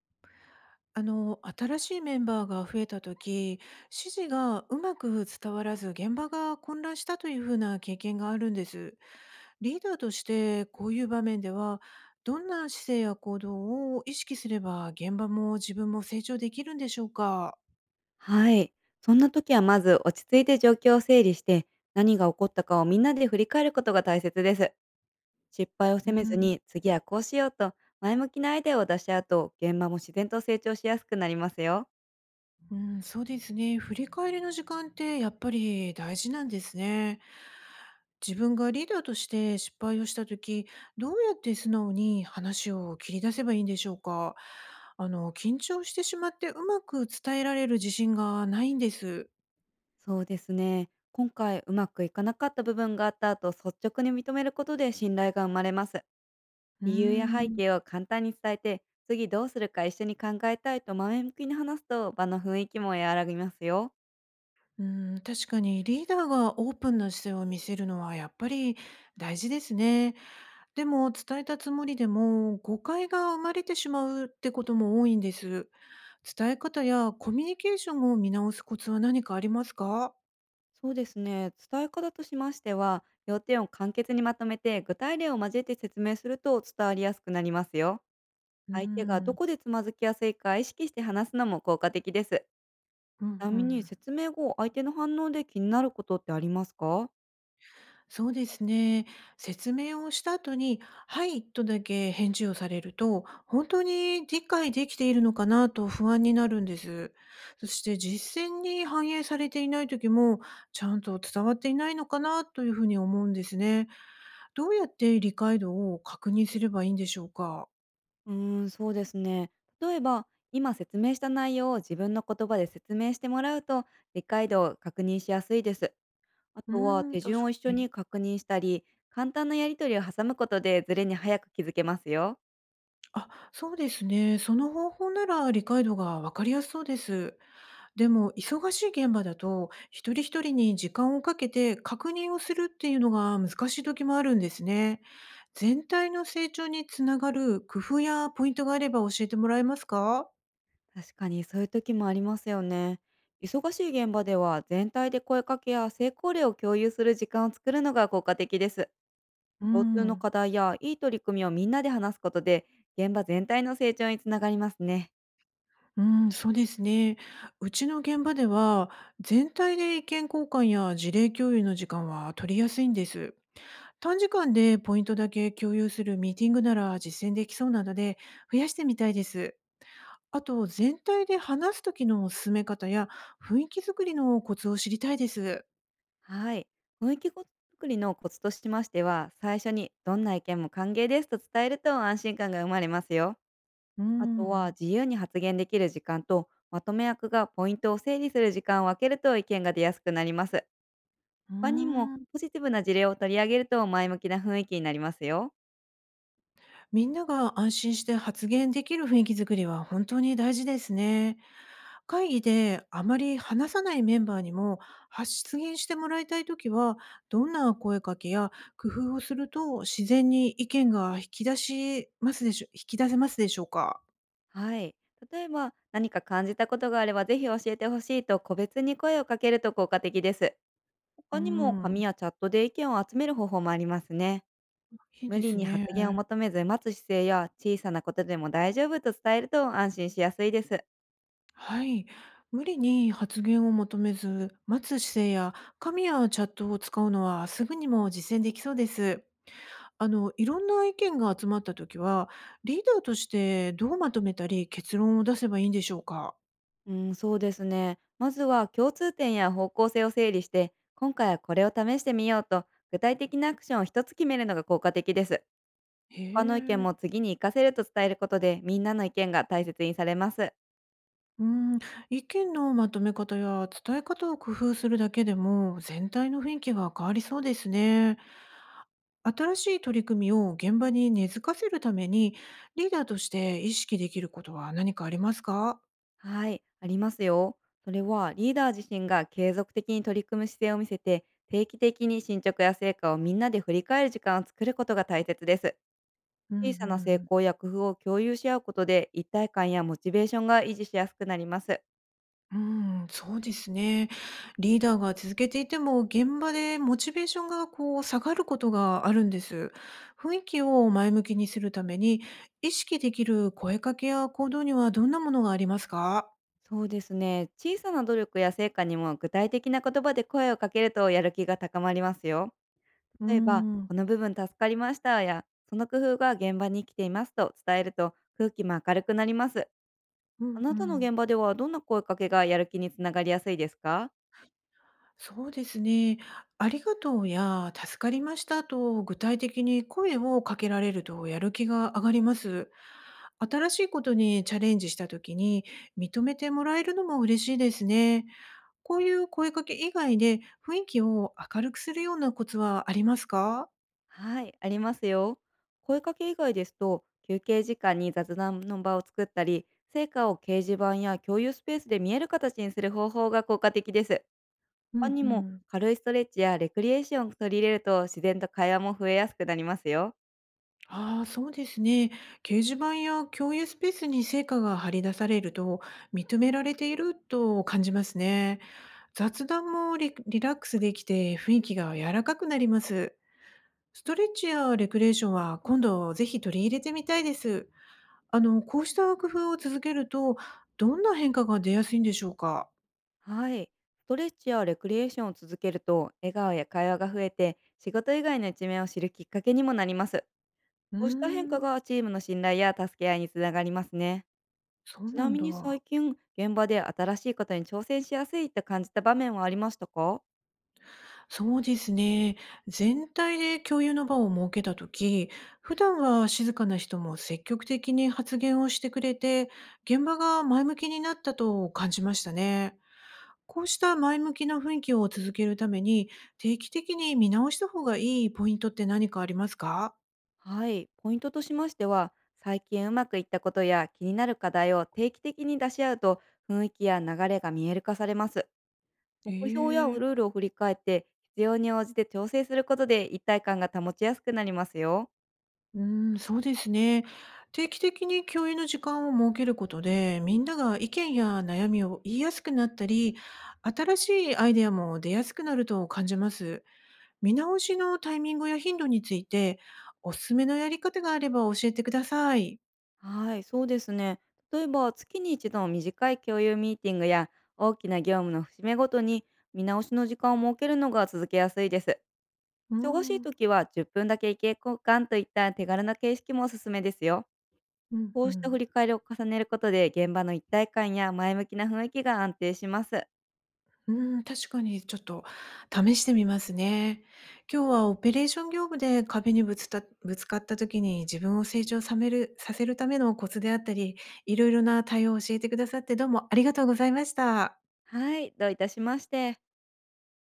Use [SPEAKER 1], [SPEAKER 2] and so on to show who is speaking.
[SPEAKER 1] 新しいメンバーが増えた時、指示がうまく伝わらず現場が混乱したというふうな経験があるんです。リーダーとしてこういう場面では、どんな姿勢や行動を意識すれば現場も自分も成長できるんでしょうか？
[SPEAKER 2] はい。そんな時はまず落ち着いて状況を整理して、何が起こったかをみんなで振り返ることが大切です。失敗を責
[SPEAKER 1] う
[SPEAKER 2] めず
[SPEAKER 1] ん。
[SPEAKER 2] に、次はこうしようと、前向きなアイデアを出し合うと、現場も自然と成長しやすくなりますよ。
[SPEAKER 1] うん、そうですね。振り返りの時間ってやっぱり大事なんですね。自分がリーダーとして失敗をした時、どうやって素直に話を切り出せばいいんでしょうか。緊張してしまってうまく伝えられる自信がないんです。
[SPEAKER 2] そうですね。今回うまくいかなかった部分があった後、率直に認めることで信頼が生まれます。
[SPEAKER 1] うー
[SPEAKER 2] 理由や背
[SPEAKER 1] ん。
[SPEAKER 2] 景を簡単に伝えて、次どうするか一緒に考えたいと前向きに話すと、場の雰囲気も和らぎますよ。
[SPEAKER 1] うん、確かにリーダーがオープンな姿勢を見せるのはやっぱり大事ですね。でも、伝えたつもりでも、誤解が生まれてしまうってことも多いんです。伝え方やコミュニケーションを見直すコツは何かありますか？
[SPEAKER 2] そうですね。伝え方としましては、要点を簡潔にまとめて、具体例を交えて説明すると伝わりやすくなりますよ。
[SPEAKER 1] うー
[SPEAKER 2] 相手がど
[SPEAKER 1] ん。
[SPEAKER 2] こでつまずきやすいか意識して話すのも効果的です。
[SPEAKER 1] う
[SPEAKER 2] ち
[SPEAKER 1] ん
[SPEAKER 2] な
[SPEAKER 1] う
[SPEAKER 2] みに
[SPEAKER 1] ん。
[SPEAKER 2] 説明後、相手の反応で気になることってありますか？
[SPEAKER 1] そうですね。説明をした後に、はい、とだけ返事をされると、本当に理解できているのかなと不安になるんです。そして実践に反映されていない時も、ちゃんと伝わっていないのかなというふうに思うんですね。どうやって理解度を確認すればいいんでしょうか？
[SPEAKER 2] うーそうですね。例えば、今説明した内容を自分の言葉で説明してもらうと、理解度を確認しやすいです。あ
[SPEAKER 1] う
[SPEAKER 2] とは、
[SPEAKER 1] ーん、
[SPEAKER 2] 手
[SPEAKER 1] 確
[SPEAKER 2] 順
[SPEAKER 1] か
[SPEAKER 2] を一緒
[SPEAKER 1] に。
[SPEAKER 2] に確認したり、簡単なやり取りを挟むことでズレに早く気づけますよ。
[SPEAKER 1] あ、そうですね。その方法なら理解度がわかりやすそうです。でも忙しい現場だと、一人一人に時間をかけて確認をするっていうのが難しい時もあるんですね。全体の成長につながる工夫やポイントがあれば教えてもらえますか？
[SPEAKER 2] 確かにそういう時もありますよね。忙しい現場では全体で声かけや成功例を共有する時間を作るのが効果的です。
[SPEAKER 1] う
[SPEAKER 2] 共通の
[SPEAKER 1] ん。
[SPEAKER 2] 課題やいい取り組みをみんなで話すことで、現場全体の成長につながりますね。
[SPEAKER 1] うん、そうですね。うちの現場では、全体で意見交換や事例共有の時間は取りやすいんです。短時間でポイントだけ共有するミーティングなら実践できそうなので、増やしてみたいです。あと、全体で話す時の進め方や雰囲気作りのコツを知りたいです。
[SPEAKER 2] はい。雰囲気作りのコツとしましては、最初にどんな意見も歓迎ですと伝えると安心感が生まれますよ。
[SPEAKER 1] う
[SPEAKER 2] あとは、
[SPEAKER 1] ん。
[SPEAKER 2] 自由に発言できる時間とまとめ役がポイントを整理する時間を分けると意見が出やすくなります。
[SPEAKER 1] う
[SPEAKER 2] 他にも
[SPEAKER 1] ーん。
[SPEAKER 2] ポジティブな事例を取り上げると前向きな雰囲気になりますよ。
[SPEAKER 1] みんなが安心して発言できる雰囲気作りは本当に大事ですね。会議であまり話さないメンバーにも発言してもらいたいときは、どんな声かけや工夫をすると自然に意見が引き出しますでしょ、引き出せますでしょうか。
[SPEAKER 2] はい。例えば、何か感じたことがあればぜひ教えてほしいと個別に声をかけると効果的です。
[SPEAKER 1] う
[SPEAKER 2] 他にも紙
[SPEAKER 1] ん。
[SPEAKER 2] やチャットで意見を集める方法もありますね。
[SPEAKER 1] いい
[SPEAKER 2] 無
[SPEAKER 1] で
[SPEAKER 2] 理
[SPEAKER 1] す
[SPEAKER 2] に発
[SPEAKER 1] ね。
[SPEAKER 2] 言を求めず待つ姿勢や、小さなことでも大丈夫と伝えると安心しやすいです。
[SPEAKER 1] はい。無理に発言を求めず、待つ姿勢や紙やチャットを使うのはすぐにも実践できそうです。いろんな意見が集まったときは、リーダーとしてどうまとめたり結論を出せばいいんでしょうか？
[SPEAKER 2] うん、そうですね。まずは共通点や方向性を整理して、今回はこれを試してみようと具体的なアクションを一つ決めるのが効果的です。
[SPEAKER 1] へ
[SPEAKER 2] 他の意見
[SPEAKER 1] え。
[SPEAKER 2] も次に活かせると伝えることで、みんなの意見が大切にされます。
[SPEAKER 1] うん、意見のまとめ方や伝え方を工夫するだけでも全体の雰囲気が変わりそうですね。新しい取り組みを現場に根付かせるためにリーダーとして意識できることは何かありますか？
[SPEAKER 2] はい、ありますよ。それは、リーダー自身が継続的に取り組む姿勢を見せて、定期的に進捗や成果をみんなで振り返る時間を作ることが大切です。
[SPEAKER 1] うんう
[SPEAKER 2] 小さな成
[SPEAKER 1] ん。
[SPEAKER 2] 功や工夫を共有し合うことで、一体感やモチベーションが維持しやすくなります。
[SPEAKER 1] うん、そうですね。リーダーが続けていても、現場でモチベーションがこう下がることがあるんです。雰囲気を前向きにするために、意識できる声かけや行動にはどんなものがありますか？
[SPEAKER 2] そうですね。小さな努力や成果にも具体的な言葉で声をかけるとやる気が高まりますよ。
[SPEAKER 1] う
[SPEAKER 2] 例えば、
[SPEAKER 1] ん。
[SPEAKER 2] この部分助かりましたや、その工夫が現場に生きていますと伝えると空気も明るくなります。
[SPEAKER 1] うんう
[SPEAKER 2] あなたの
[SPEAKER 1] ん。
[SPEAKER 2] 現場ではどんな声かけがやる気につながりやすいですか？
[SPEAKER 1] そうですね。ありがとうや助かりましたと具体的に声をかけられるとやる気が上がります。新しいことにチャレンジした時に認めてもらえるのも嬉しいですね。こういう声かけ以外で雰囲気を明るくするようなコツはありますか？
[SPEAKER 2] はい、ありますよ。声かけ以外ですと、休憩時間に雑談の場を作ったり、成果を掲示板や共有スペースで見える形にする方法が効果的です。
[SPEAKER 1] う
[SPEAKER 2] 他
[SPEAKER 1] ん
[SPEAKER 2] に
[SPEAKER 1] う
[SPEAKER 2] も
[SPEAKER 1] ん。
[SPEAKER 2] 軽いストレッチやレクリエーションを取り入れると自然と会話も増えやすくなりますよ。
[SPEAKER 1] ああ、そうですね。掲示板や共有スペースに成果が張り出されると認められていると感じますね。雑談もリラックスできて雰囲気が柔らかくなります。ストレッチやレクリエーションは今度ぜひ取り入れてみたいです。こうした工夫を続けるとどんな変化が出やすいんでしょうか？
[SPEAKER 2] はい。ストレッチやレクリエーションを続けると、笑顔や会話が増えて、仕事以外の一面を知るきっかけにもなります。
[SPEAKER 1] うー
[SPEAKER 2] こうした変化
[SPEAKER 1] ん、
[SPEAKER 2] がチームの信頼や助け合いにつながりますね。
[SPEAKER 1] そう
[SPEAKER 2] ち
[SPEAKER 1] な
[SPEAKER 2] な
[SPEAKER 1] ん
[SPEAKER 2] みに最
[SPEAKER 1] だ。
[SPEAKER 2] 近、現場で新しいことに挑戦しやすいと感じた場面はありましたか？
[SPEAKER 1] そうですね。全体で共有の場を設けたとき、普段は静かな人も積極的に発言をしてくれて、現場が前向きになったと感じましたね。こうした前向きな雰囲気を続けるために、定期的に見直した方がいいポイントって何かありますか？
[SPEAKER 2] はい。ポイントとしましては、最近うまくいったことや気になる課題を定期的に出し合うと、雰囲気や流れが見える化されます。
[SPEAKER 1] へ
[SPEAKER 2] 目標やル
[SPEAKER 1] え。
[SPEAKER 2] ールを振り返って、必要に応じて調整することで一体感が保ちやすくなりますよ。
[SPEAKER 1] うーん、そうですね。定期的に共有の時間を設けることで、みんなが意見や悩みを言いやすくなったり、新しいアイデアも出やすくなると感じます。見直しのタイミングや頻度について、おすすめのやり方があれば教えてください。
[SPEAKER 2] はい、そうですね。例えば、月に一度の短い共有ミーティングや、大きな業務の節目ごとに見直しの時間を設けるのが続けやすいです。
[SPEAKER 1] うー
[SPEAKER 2] 忙しい
[SPEAKER 1] ん、
[SPEAKER 2] 時は10分だけ意見交換といった手軽な形式もおすすめですよ。
[SPEAKER 1] うん
[SPEAKER 2] こ
[SPEAKER 1] う
[SPEAKER 2] うした振
[SPEAKER 1] ん。
[SPEAKER 2] り返りを重ねることで、現場の一体感や前向きな雰囲気が安定します。
[SPEAKER 1] うーん、確かにちょっと試してみますね。今日はオペレーション業務で壁にぶつかった時に自分を成長さめるさせるためのコツであったり、いろいろな対応を教えてくださってどうもありがとうございました。
[SPEAKER 2] はい、どういたしまして。